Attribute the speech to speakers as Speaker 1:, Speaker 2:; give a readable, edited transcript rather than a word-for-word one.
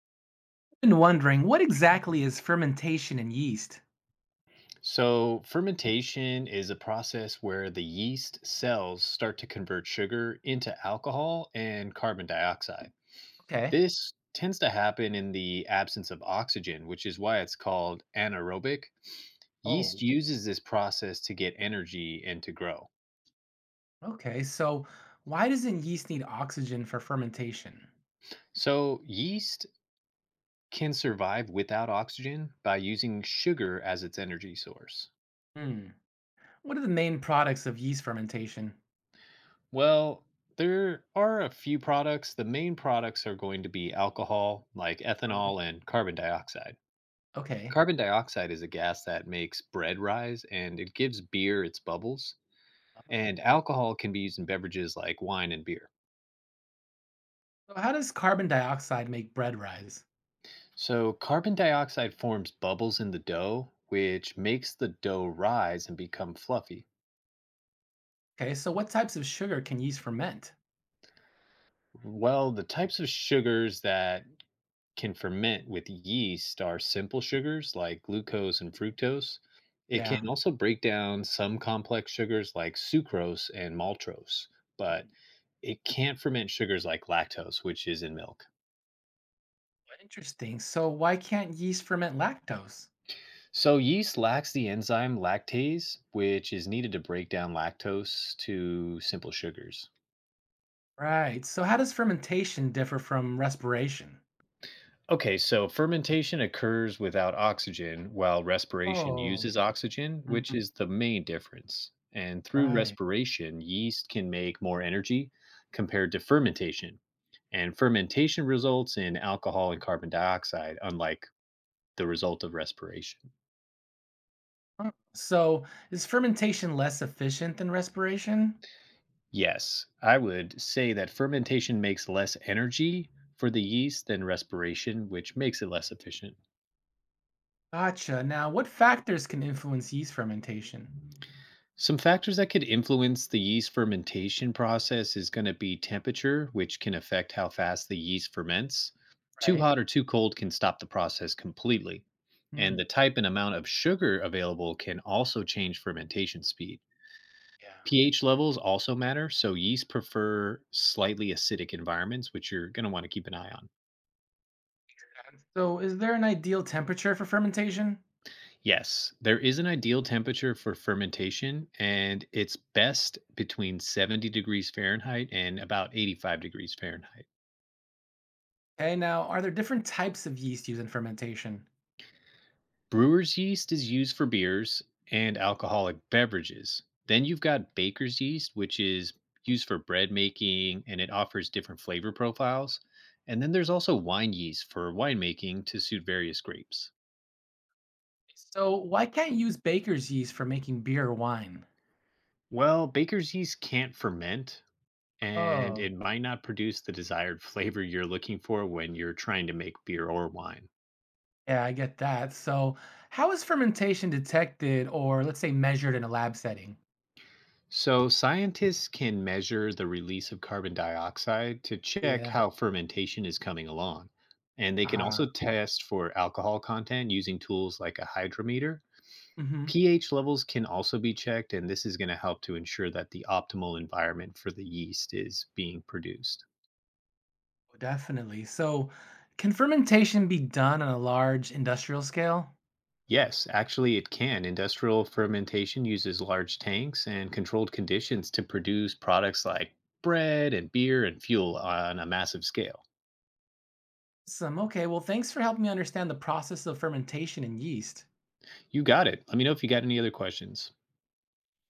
Speaker 1: Been wondering what exactly is fermentation in yeast?
Speaker 2: So, fermentation is a process where the yeast cells start to convert sugar into alcohol and carbon dioxide.
Speaker 1: Okay.
Speaker 2: This tends to happen in the absence of oxygen, which is why it's called anaerobic. Yeast
Speaker 1: Oh,
Speaker 2: uses this process to get energy and to grow.
Speaker 1: okay. So, why doesn't yeast need oxygen for fermentation?
Speaker 2: So, yeast can survive without oxygen by using sugar as its energy source.
Speaker 1: Hmm. What are the main products of yeast fermentation?
Speaker 2: Well, there are a few products. The main products are going to be alcohol, like
Speaker 1: Uh,
Speaker 2: ethanol and carbon dioxide.
Speaker 1: Okay.
Speaker 2: Carbon dioxide is a gas that makes bread rise and it gives beer its bubbles.
Speaker 1: Oh.
Speaker 2: And alcohol can be used in beverages like wine and beer.
Speaker 1: So, how does carbon dioxide make bread rise?
Speaker 2: So, carbon dioxide forms bubbles in the dough, which makes the dough rise and become fluffy.
Speaker 1: Okay. So, what types of sugar can yeast ferment?
Speaker 2: Well, the types of sugars that can ferment with yeast are simple sugars like glucose and fructose. It can
Speaker 1: Yeah.
Speaker 2: also break down some complex sugars like sucrose and maltose, but it can't ferment sugars like lactose, which is in milk.
Speaker 1: Interesting. So, why can't yeast ferment lactose?
Speaker 2: So, yeast lacks the enzyme lactase, which is needed to break down lactose to simple sugars.
Speaker 1: Right. So, how does fermentation differ from respiration?
Speaker 2: Okay, so fermentation occurs without oxygen while respiration
Speaker 1: Oh,
Speaker 2: uses oxygen, which
Speaker 1: mhm,
Speaker 2: is the main difference. And through
Speaker 1: right.
Speaker 2: respiration, yeast can make more energy compared to fermentation. And fermentation results in alcohol and carbon dioxide, unlike the result of respiration.
Speaker 1: Huh. So, is fermentation less efficient than respiration?
Speaker 2: Yes, I would say that fermentation makes less energy for the yeast than respiration, which makes it less efficient.
Speaker 1: Gotcha. Now, what factors can influence yeast fermentation?
Speaker 2: Some factors that could influence the yeast fermentation process is going to be temperature, which can affect how fast the yeast ferments. Too
Speaker 1: Right?
Speaker 2: hot or too cold can stop the process completely. And
Speaker 1: Hmm.
Speaker 2: the type and amount of sugar available can also change fermentation speed.
Speaker 1: Yeah.
Speaker 2: pH levels also matter, so yeast prefer slightly acidic environments, which you're going to want to keep an eye on.
Speaker 1: And so, is there an ideal temperature for fermentation?
Speaker 2: Yes, there is an ideal temperature for fermentation, and it's best between 70 degrees Fahrenheit and about 85 degrees Fahrenheit.
Speaker 1: Okay, now, are there different types of yeast used in fermentation?
Speaker 2: Brewer's yeast is used for beers and alcoholic beverages. Then you've got baker's yeast, which is used for bread making and it offers different flavor profiles. And then there's also wine yeast for winemaking to suit various grapes.
Speaker 1: So, why can't you use baker's yeast for making beer or wine?
Speaker 2: Well, baker's yeast can't ferment, and
Speaker 1: Oh,
Speaker 2: it might not produce the desired flavor you're looking for when you're trying to make beer or wine.
Speaker 1: yeah, I get that. So, how is fermentation detected or, let's say, measured in a lab setting?
Speaker 2: So, scientists can measure the release of carbon dioxide to check
Speaker 1: Yeah.
Speaker 2: how fermentation is coming along. And they can also
Speaker 1: Ah,
Speaker 2: test for alcohol content using tools like a hydrometer.
Speaker 1: hmm.
Speaker 2: pH levels can also be checked, and this is going to help to ensure that the optimal environment for the yeast is being produced.
Speaker 1: Definitely. So, can fermentation be done on a large industrial scale?
Speaker 2: Yes, actually, it can. Industrial fermentation uses large tanks and controlled conditions to produce products like bread and beer and fuel on a massive scale.
Speaker 1: Some. Okay, well, thanks for helping me understand the process of fermentation in yeast.
Speaker 2: You got it. Let me know if you got any other questions.